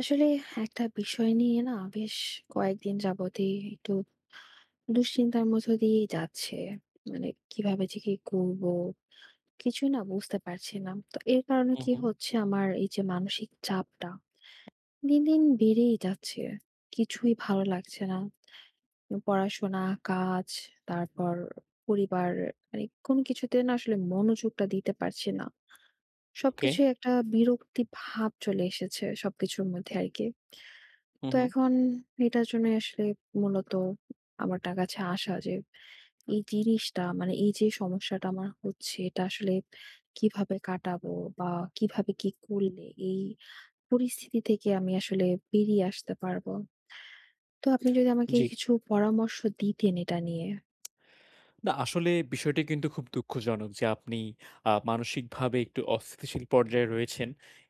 আসলে একটা বিষয় নিয়ে না বেশ কয়েকদিন যাবতই একটু দুশ্চিন্তার মধ্য দিয়েই যাচ্ছে। মানে কিভাবে যে কি করবো? কিছুই না বুঝতে পারছি না। তো এর কারণে হুম, কি হুম। হচ্ছে আমার এই যে মানসিক চাপটা দিন, দিন বেড়েই যাচ্ছে। কিছুই ভালো লাগছে না। পড়াশোনা, কাজ, তারপর পরিবার মানে কোনো কিছুতে না আসলে মনোযোগটা দিতে পারছি না। ওকে। সবকিছুই একটা বিরক্তি ভাব চলে এসেছে সবকিছুর মধ্যে আরকি। হুম, তো হুম। এখন এটার জন্যই আসলে মূলত আমার টা কাছে আসা যে এই জিনিসটা মানে এই যে সমস্যাটা আমার হচ্ছে এটা আসলে কিভাবে কাটাবো বা কিভাবে কি করলে এই পরিস্থিতি থেকে আমি আসলে বেরিয়ে আসতে পারবো। তো আপনি যদি আমাকে জি। কিছু পরামর্শ দিতেন এটা নিয়ে। না আসলে বিষয়টি কিন্তু খুব দুঃখজনক যে আপনি মানসিকভাবে একটু অস্থিতিশীল পর্যায়ে রয়েছেন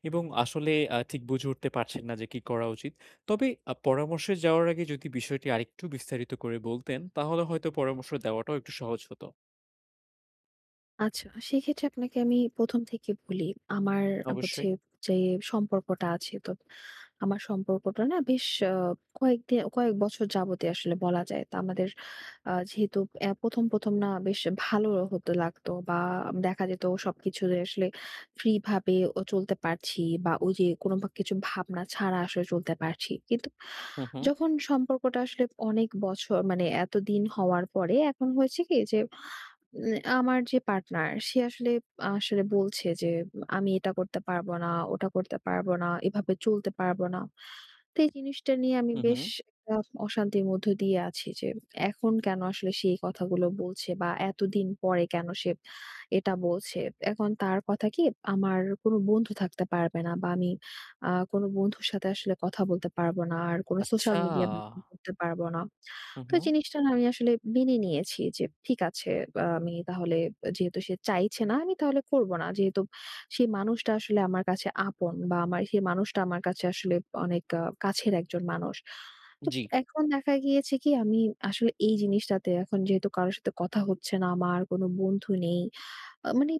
এবং আসলে ঠিক বুঝে উঠতে পারছেন না যে কি করা উচিত। তবে পরামর্শে যাওয়ার আগে যদি বিষয়টি আরেকটু বিস্তারিত করে বলতেন, তাহলে হয়তো পরামর্শ দেওয়াটাও একটু সহজ হতো। আচ্ছা, সেক্ষেত্রে আপনাকে আমি ১ম থেকে বলি। আমার হচ্ছে অবশ্যই। যে সম্পর্কটা আছে, তো আমার সম্পর্কটা না বেশ আ কয়েক বছর যাবতীয় আসলে বলা যায়। তো আমাদের যেহেতু ১ম, ১ম না বেশ ভালো হতে লাগতো, বা দেখা যেত সবকিছুতে আসলে ফ্রি ভাবে ও চলতে পারছি, বা ওই যে কোনো বা কিছু ভাবনা ছাড়া আসলে চলতে পারছি। কিন্তু হুম, হুম। যখন সম্পর্কটা আসলে অনেক বছর মানে এতদিন হওয়ার পরে এখন হয়েছে কি যে উম আমার যে পার্টনার সে আসলে আসলে বলছে যে আমি এটা করতে পারবো না, ওটা করতে পারবো না, এভাবে চলতে পারবো না। তো এই জিনিসটা নিয়ে আমি হুম, হুম। বেশ একটা অশান্তির মধ্য দিয়ে আছি যে এখন কেন আসলে সে এই কথাগুলো বলছে বা এতদিন পরে কেন সে এটা বলছে। এখন তার কথা কি আমার কোনো বন্ধু থাকতে পারবে না বা আমি কোনো বন্ধুর সাথে আসলে কথা বলতে পারবো না। আর কোনো সোশ্যাল আচ্ছা। মিডিয়া ব্যবহার করতে পারবো না। হুম, তো এই হুম। জিনিসটা না আমি আসলে মেনে নিয়েছি যে ঠিক আছে, আমি তাহলে যেহেতু সে চাইছে না আমি তাহলে করব না। যেহেতু সেই মানুষটা আসলে আমার কাছে আপন বা আমার সেই মানুষটা আমার কাছে আসলে অনেক কাছের একজন মানুষ। তো জি। এখন দেখা গিয়েছে কি আমি আসলে এই জিনিসটাতে এখন যেহেতু কারো সাথে কথা হচ্ছে না, আমার কোনো বন্ধু নেই। মানে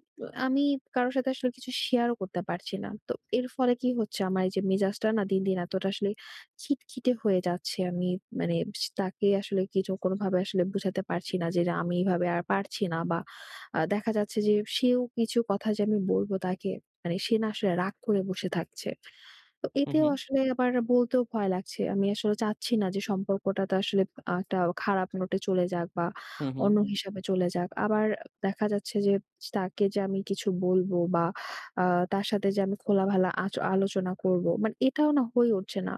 আমি কারো সাথে আসলে কিছু শেয়ারও করতে পারছি না। তো এর ফলে কি হচ্ছে আমার এই যে মেজাজটা না দিন, দিন এতটা আসলে খিটখিটে হয়ে যাচ্ছে। আমি মানে তাকে আসলে কিছু কোনোভাবে আসলে বুঝাতে পারছি না যে না আমি এভাবে আর পারছি না, বা দেখা যাচ্ছে যে সেও কিছু কথা যে আমি বলব তাকে, মানে সে না আসলে রাগ করে বসে থাকছে। তো হুম, এতেও হুম। আসলে আবার বলতেও ভয় লাগছে। আমি আসলে চাচ্ছি না যে সম্পর্কটাতে আসলে একটা খারাপ নোটে চলে যাক বা হুম, হুম। অন্য হিসাবে চলে যাক। আবার দেখা যাচ্ছে যে তাকে যে আমি কিছু বলবো বা আ তার সাথে যে আমি খোলামেলা আলোচনা করব। মানে এটাও না হয়ে উঠছে না।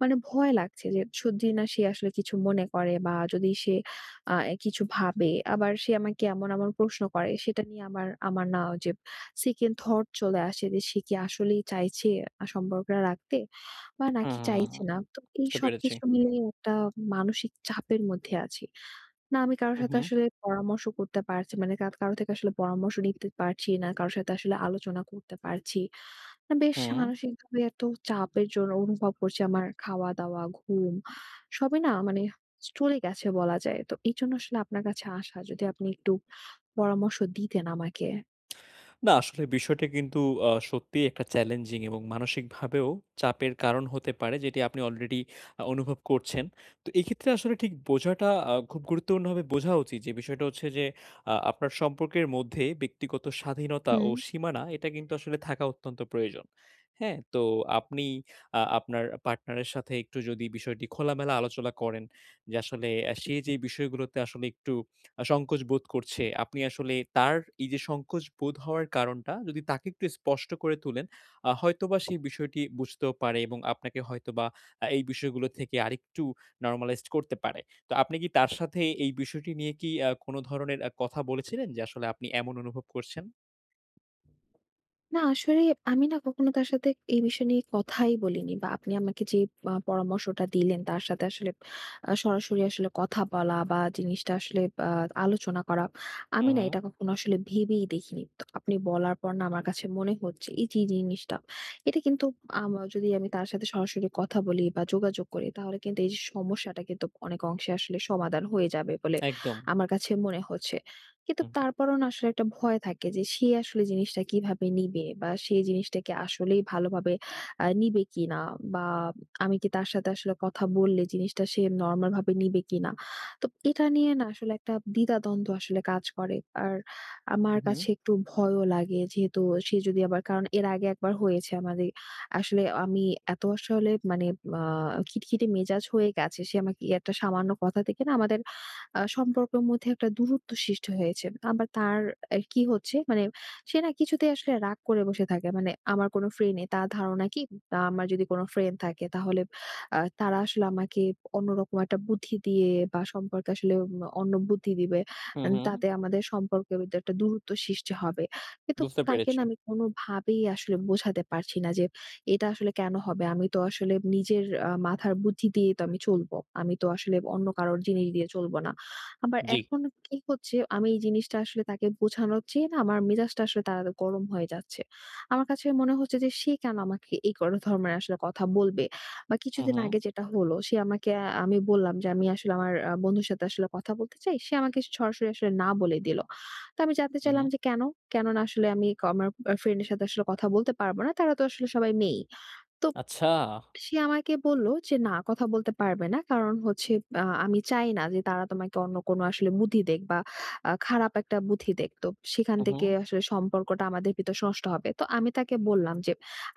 মানে ভয় লাগছে যে যদি না সে আসলে কিছু মনে করে, বা যদি সে আ কিছু ভাবে, আবার সে আমাকে এমন, এমন প্রশ্ন করে সেটা নিয়ে আমার না যে second thought চলে আসে যে সে কি আসলেই চাইছে সম্পর্কটা রাখতে বা নাকি চাইছে হুম। না। তো এই বুঝতে পেরেছি। সবকিছু মিলিয়ে একটা মানসিক চাপের মধ্যে আছি। না আমি কারো হুম, সাথে হুম। আসলে পরামর্শ করতে পারছি, মানে কারো থেকে আসলে পরামর্শ নিতে পারছি না, কারো সাথে আসলে আলোচনা করতে পারছি। না বেশ হুম। মানসিকভাবে এত চাপের জন্য অনুভব করছি আমার খাওয়া-দাওয়া, ঘুম সবই না মানে চলে গেছে বলা যায়। তো এইজন্য আসলে আপনার কাছে আসা। যদি আপনি একটু পরামর্শ দিতেন আমাকে। না আসলে বিষয়টা কিন্তু সত্যিই একটা চ্যালেঞ্জিং এবং মানসিকভাবেও চাপের কারণ হতে পারে, যেটি আপনি অলরেডি অনুভব করছেন। তো এক্ষেত্রে আসলে ঠিক বোঝাটা খুব গুরুত্বপূর্ণভাবে বোঝা উচিত যে বিষয়টা হচ্ছে যে আপনার সম্পর্কের মধ্যে ব্যক্তিগত স্বাধীনতা ও হুম। সীমানা, এটা কিন্তু আসলে থাকা অত্যন্ত প্রয়োজন। হ্যাঁ? তো আপনি আপনার পার্টনারের সাথে একটু যদি বিষয়টি খোলামেলা আলোচনা করেন যে আসলে সে যে বিষয়গুলোতে আসলে একটু সংকোচ বোধ করছে। আপনি আসলে তার এই যে সংকোচ বোধ হওয়ার কারণটা যদি তাকে একটু স্পষ্ট করে তোলেন, হয়তোবা সেই বিষয়টি বুঝতেও পারে এবং আপনাকে হয়তোবা এই বিষয়গুলো থেকে আরেকটু নরমালাইজড করতে পারে। তো আপনি কি তার সাথে এই বিষয়টি নিয়ে কি কোন ধরনের কথা বলেছিলেন যে আসলে আপনি এমন অনুভব করছেন? না আসলে আমি না কখনো তার সাথে এই বিষয় নিয়ে কথাই বলিনি, বা আপনি আমাকে যে পরামর্শটা দিলেন, তার সাথে আসলে সরাসরি আসলে কথা বলা বা জিনিসটা আসলে আ আলোচনা করা, হুম, আমি না হুম। এটা কখনো আসলে ভেবেই দেখিনি। তো আপনি বলার পর না আমার কাছে মনে হচ্ছে এই যে জিনিসটা, এটা কিন্তু যদি আমি তার সাথে সরাসরি কথা বলি বা যোগাযোগ করি তাহলে কিন্তু এই যে সমস্যাটা, কিন্তু অনেক অংশে আসলে সমাধান হয়ে যাবে বলে একদম। আমার কাছে মনে হচ্ছে। কিন্তু হুম, তারপরেও না আসলে একটা ভয় থাকে যে সে আসলে জিনিসটা কিভাবে নিবে বা সে জিনিসটাকে আসলেই ভালোভাবে নিবে কিনা, বা আমি কি তার সাথে আসলে কথা বললে জিনিসটা সে নরমাল ভাবে নিবে কিনা। তো এটা নিয়ে না আসলে একটা দ্বিধাদ্বন্দ্ব আসলে কাজ করে। আর হু, আমার হুম। কাছে একটু ভয়ও লাগে, যেহেতু সে যদি আবার কারণ এর আগে একবার হয়েছে, আমাদের আসলে আমি এত আসলে মানে আ খিটখিটে মেজাজ হয়ে গেছে। সে আমাকে একটা সামান্য কথা থেকে না আমাদের সম্পর্কের মধ্যে একটা দূরত্ব সৃষ্টি হয়েছে। আবার তার এ কি হচ্ছে, মানে সে না কিছুতেই আসলে রাগ করে বসে থাকে। মানে আমার কোনো ফ্রেন্ড নেই। তার ধারণা কি আমার যদি কোনো ফ্রেন্ড থাকে তাহলে তারা আসলে আমাকে অন্যরকম একটা বুদ্ধি দিয়ে, বা সম্পর্কে আসলে অন্য বুদ্ধি দিবে। হুম, হুম। তাতে আমাদের সম্পর্কের ভিতরে একটা দূরত্ব সৃষ্টি হবে। কিন্তু বুঝতে তাকে না পেরেছি। আমি কোনোভাবেই আসলে বোঝাতে পারছি না যে এটা আসলে কেন হবে? আমি তো আসলে নিজের মাথার বুদ্ধি দিয়েই তো আমি চলবো। আমি তো আসলে অন্য কারোর জিনিস দিয়ে চলবো না। আবার জি। এখন কি হচ্ছে আমি এই জিনিসটা আসলে তাকে বোঝানোর চেয়ে না আমার মেজাজটা আসলে তাড়াতাড়ি গরম হয়ে যাচ্ছে। আমার কাছে মনে হচ্ছে যে সে কেন আমাকে এই ধরনের আসলে কথা বলবে? বা হুম, কিছুদিন হুম, আগে যেটা হলো সে আমাকে, আমি বললাম যে আমি আসলে আমার বন্ধুর সাথে আসলে কথা বলতে চাই। সে আমাকে সরাসরি আসলে না বলে দিল। তো আমি জানতে হুম, চাইলাম হুম। যে কেন? কেননা আসলে আমি আমার ফ্রেন্ড এর সাথে আসলে কথা বলতে পারব না। তারা তো আসলে সবাই মেয়ে। তো আচ্ছা। সে আমাকে বলল যে, "না, কথা বলতে পারবে না। কারণ হচ্ছে আমি চাই না যে তারা তোমাকে অন্য কোনো আসলে বুদ্ধি দেক বা খারাপ একটা বুদ্ধি দেক। তো সেখান হুম, থেকে হুম, আসলে সম্পর্কটা আমাদের ভিতর নষ্ট হবে।" তো আমি তাকে বললাম যে,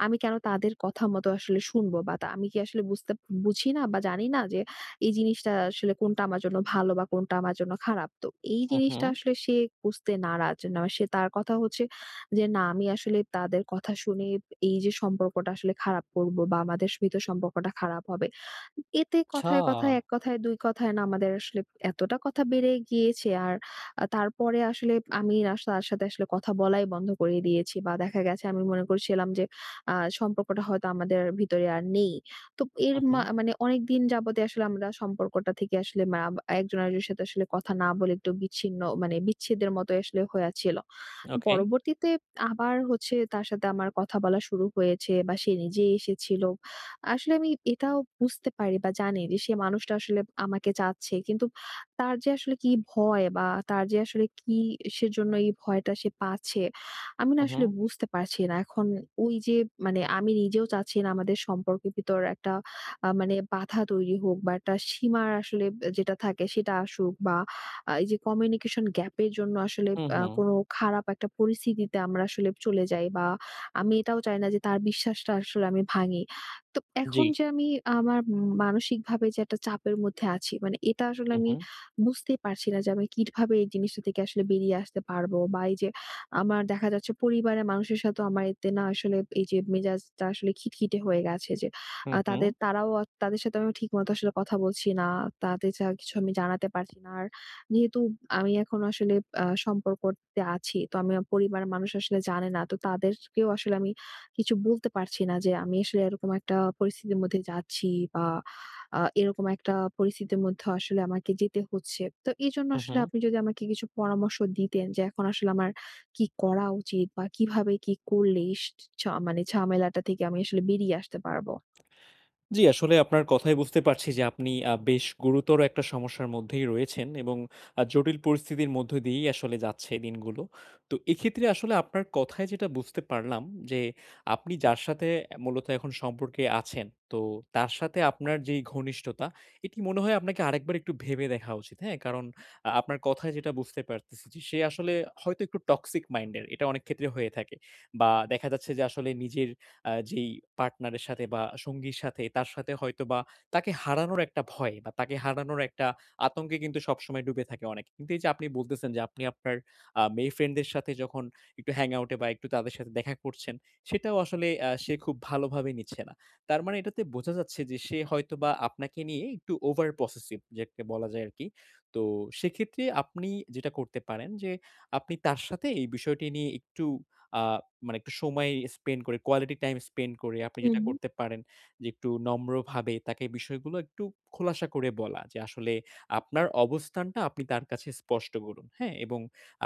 "আমি কেন তাদের কথা মতো আসলে শুনবো, বা তা আমি কি আসলে বুঝি না বা জানি না যে এই জিনিসটা আসলে কোনটা আমার জন্য ভালো বা কোনটা আমার জন্য খারাপ?" তো এই হুম, জিনিসটা হুম। আসলে সে বুঝতে নারাজ। না, সে তার কথা হচ্ছে যে না আমি আসলে তাদের কথা শুনে এই যে সম্পর্কটা আসলে খারাপ করব, বা আমাদের ভিতর সম্পর্কটা খারাপ হবে। এতে আচ্ছা। কথায়, কথায়, এক কথায়, দুই কথায় না আমাদের আসলে এতটা কথা বেড়ে গিয়েছে, আর তারপরে আসলে আমি তার সাথে আসলে কথা বলাই বন্ধ করে দিয়েছি, বা দেখা গেছে আমি মনে করছিলাম যে সম্পর্কটা হয়তো আমাদের ভিতরে আর নেই। তো এর হুম, হুম। মানে অনেকদিন যাবতে আসলে আমরা সম্পর্কটা থেকে আসলে একজন আরেকজনের সাথে আসলে কথা না বলে একটু বিচ্ছিন্ন, মানে বিচ্ছেদের মতো আসলে হইয়া ছিল। ওকে। পরবর্তীতে আবার হচ্ছে তার সাথে আমার কথা বলা শুরু হয়েছে, বা সে নিজেই এসেছিল। আসলে আমি এটাও বুঝতে পারি বা জানি যে সে মানুষটা আসলে আমাকে চাচ্ছে। কিন্তু তার যে আসলে কি ভয়, বা তার যে আসলে কিসের জন্য এই ভয়টা সে পাচ্ছে, আমি না হুম, আসলে হুম। বুঝতে পারছি না। এখন ওই যে মানে আমি নিজেও চাচ্ছি না আমাদের সম্পর্কের ভিতর একটা মানে বাধা তৈরি হোক, বা একটা সীমার আসলে যেটা থাকে সেটা আসুক, বা এই যে কমিউনিকেশন গ্যাপ এর জন্য আসলে হুম, হুম। কোনো খারাপ একটা পরিস্থিতিতে আমরা আসলে চলে যাই, বা আমি এটাও চাই না যে তার বিশ্বাসটা আসলে আমি ভাঙি। তো জি। এখন যে আমি আমার মানসিকভাবে যে একটা চাপের মধ্যে আছি, মানে এটা আসলে হু, আমি হু, বুঝতেই পারছি না যে আমি কিভাবে এই জিনিসটা থেকে আসলে বেরিয়ে আসতে পারবো, বা এই যে আমার দেখা যাচ্ছে পরিবারের মানুষের সাথেও আমার এতে না আসলে এই যে মেজাজটা আসলে খিটখিটে হয়ে গেছে যে হু, হু, তাদের সাথে আমি ঠিক মতো আসলে কথা বলছি না। তাদের যা কিছু আমি জানাতে পারছি না। আর যেহেতু আমি এখন আসলে সম্পর্কতে আছি, তো আমি আমার পরিবারের মানুষ আসলে জানে না। তো তাদেরকেও আসলে আমি কিছু বলতে পারছি না যে আমি আসলে এরকম একটা পরিস্থিতির মধ্যে যাচ্ছি, বা এরকম একটা পরিস্থিতির মধ্যে আসলে আমাকে যেতে হচ্ছে। তো এজন্য হু, হু। আসলে আপনি যদি আমাকে কিছু পরামর্শ দিতেন যে এখন আসলে আমার কি করা উচিত, বা কিভাবে কি করলে মানে ঝামেলাটা থেকে আমি আসলে বেরিয়ে আসতে পারবো? জি, আসলে আপনার কথায় বুঝতে পারছি যে আপনি বেশ গুরুতর একটা সমস্যার মধ্যেই রয়েছেন এবং জটিল পরিস্থিতির মধ্য দিয়েই আসলে যাচ্ছে এই দিনগুলো। তো এক্ষেত্রে আসলে আপনার কথায় যেটা বুঝতে পারলাম যে আপনি যার সাথে মূলত এখন সম্পর্কে আছেন, তো তার সাথে আপনার যেই ঘনিষ্ঠতা এটি মনে হয় আপনাকে আরেকবার একটু ভেবে দেখা উচিত, হ্যাঁ? কারণ আপনার কথায় যেটা বুঝতে পারতেছি যে সে আসলে হয়তো একটু টক্সিক মাইন্ডের। এটা অনেক ক্ষেত্রে হয়ে থাকে। বা দেখা যাচ্ছে যে আসলে নিজের যেই পার্টনারের সাথে বা সঙ্গীর সাথে তার সাথে হয়তোবা তাকে হারানোর একটা ভয় বা তাকে হারানোর একটা আতঙ্কে কিন্তু সবসময় ডুবে থাকে অনেকে। কিন্তু এই যে আপনি বলতেছেন যে আপনি আপনার মেয়ে ফ্রেন্ডদের সাথে যখন একটু হ্যাং আউট এ বা একটু তাদের সাথে দেখা করছেন, সেটাও আসলে সে খুব ভালোভাবে নিচ্ছে না। তার মানে এটাতে বোঝা যাচ্ছে যে সে হয়তোবা আপনাকে নিয়ে একটু ওভার পসেসিভ, যাকে বলা যায় আরকি। তো সেক্ষেত্রে আপনি যেটা করতে পারেন যে আপনি তার সাথে এই বিষয়টি নিয়ে একটু আ মানে একটু সময় স্পেন্ড করে, কোয়ালিটি টাইম স্পেন্ড করে আপনি যেটা হুম, করতে পারেন যে একটু নম্রভাবে তাকে বিষয়গুলো একটু খোলাসা করে বলা, যে আসলে আপনার অবস্থানটা আপনি তার কাছে স্পষ্ট করুন। হ্যাঁ? এবং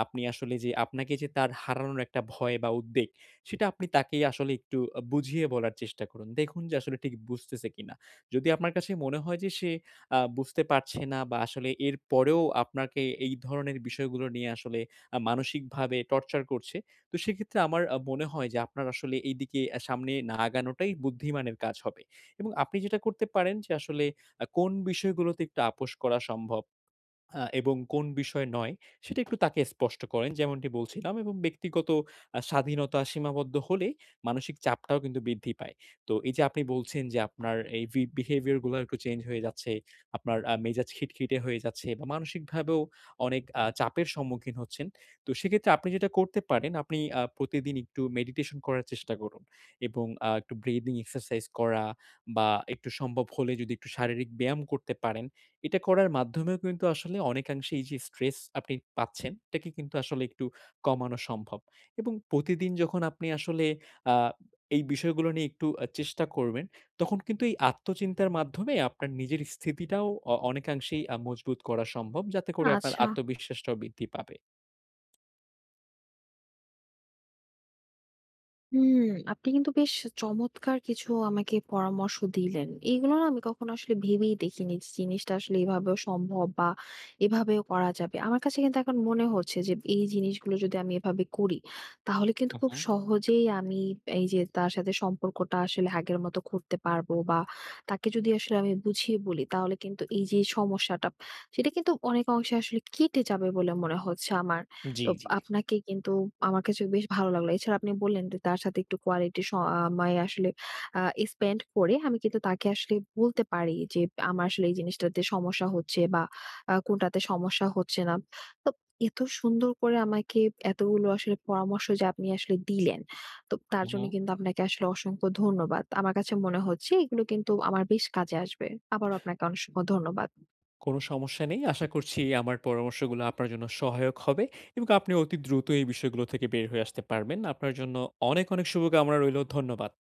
আপনি আসলে যে আপনাকে যে তার হারানোর একটা ভয় বা উদ্বেগ, সেটা আপনি তাকেই আসলে একটু বুঝিয়ে বলার চেষ্টা করুন। দেখুন যে আসলে ঠিক বুঝতেছে কিনা। যদি আপনার কাছে মনে হয় যে সে বুঝতে পারছে না বা আসলে এরপরেও আপনাকে এই ধরনের বিষয়গুলো নিয়ে আসলে মানসিকভাবে টর্চার করছে, তো সেক্ষেত্রে আমার মনে হয় যে আপনার আসলে এইদিকে সামনে না আগানোটাই বুদ্ধিমানের কাজ হবে। এবং আপনি যেটা করতে পারেন যে আসলে কোন বিষয়গুলোতে একটু আপোস করা সম্ভব এবং কোন বিষয় নয়, সেটা একটু তাকে স্পষ্ট করেন। যেমনটি বলছিলাম, এবং ব্যক্তিগত স্বাধীনতা সীমাবদ্ধ হলে মানসিক চাপটাও কিন্তু বৃদ্ধি পায়। তো এই যে আপনি বলছেন যে আপনার এই বিহেভিয়ার গুলা একটু চেঞ্জ হয়ে যাচ্ছে, আপনার মেজাজ খিটখিটে হয়ে যাচ্ছে বা মানসিকভাবেও অনেক চাপের সম্মুখীন হচ্ছেন। তো সেক্ষেত্রে আপনি যেটা করতে পারেন, আপনি প্রতিদিন একটু মেডিটেশন করার চেষ্টা করুন এবং একটু ব্রিদিং এক্সারসাইজ করা বা একটু সম্ভব হলে যদি একটু শারীরিক ব্যায়াম করতে পারেন, এটা করার মাধ্যমেও কিন্তু আসলে অনেকাংশে এই যে স্ট্রেস আপনি পাচ্ছেন, এটাকে কিন্তু আসলে একটু কমানো সম্ভব। এবং প্রতিদিন যখন আপনি আসলে আ এই বিষয়গুলো নিয়ে একটু চেষ্টা করবেন, তখন কিন্তু এই আত্মচিন্তার মাধ্যমে আপনার নিজের স্থিতিটাও অনেকাংশেই মজবুত করা সম্ভব, যাতে করে আপনার আচ্ছা। আত্মবিশ্বাসটাও বৃদ্ধি পাবে। হুম, আপনি কিন্তু বেশ চমৎকার কিছু আমাকে পরামর্শ দিলেন। এইগুলো না আমি কখনো আসলে ভেবেই দেখিনি যে জিনিসটা আসলে এভাবেও সম্ভব, বা এভাবেও করা যাবে। আমার কাছে কিন্তু এখন মনে হচ্ছে যে এই জিনিসগুলো যদি আমি এভাবে করি, তাহলে কিন্তু হু, খুব হু, সহজেই আমি এই যে তার সাথে সম্পর্কটা আসলে আগের মতো করতে পারবো, বা তাকে যদি আসলে আমি বুঝিয়ে বলি তাহলে কিন্তু এই যে সমস্যাটা, সেটা কিন্তু অনেক অংশে আসলে কেটে যাবে বলে মনে হচ্ছে আমার। তো আপনাকে কিন্তু আমার কাছে বেশ ভালো লাগলো। এছাড়া আপনি বললেন যে তার সাথে একটু কোয়ালিটি সময় আসলে আ স্পেন্ড করে আমি কিন্তু তাকে আসলে বলতে পারি যে আমার আসলে এই জিনিসটাতে সমস্যা হচ্ছে, বা কোনটাতে সমস্যা হচ্ছে না। তো এত সুন্দর করে আমাকে এতগুলো আসলে পরামর্শ যে আপনি আসলে দিলেন, তো তার হু, জন্য হু। কিন্তু আপনাকে আসলে অসংখ্য ধন্যবাদ। আমার কাছে মনে হচ্ছে এগুলো কিন্তু আমার বেশ কাজে আসবে। আবারও আপনাকে অসংখ্য ধন্যবাদ। কোনো সমস্যা নেই। আশা করছি আমার পরামর্শগুলো আপনার জন্য সহায়ক হবে এবং আপনি অতি দ্রুত এই বিষয়গুলো থেকে বের হয়ে আসতে পারবেন। আপনার জন্য অনেক, অনেক শুভকামনা রইলো। ধন্যবাদ।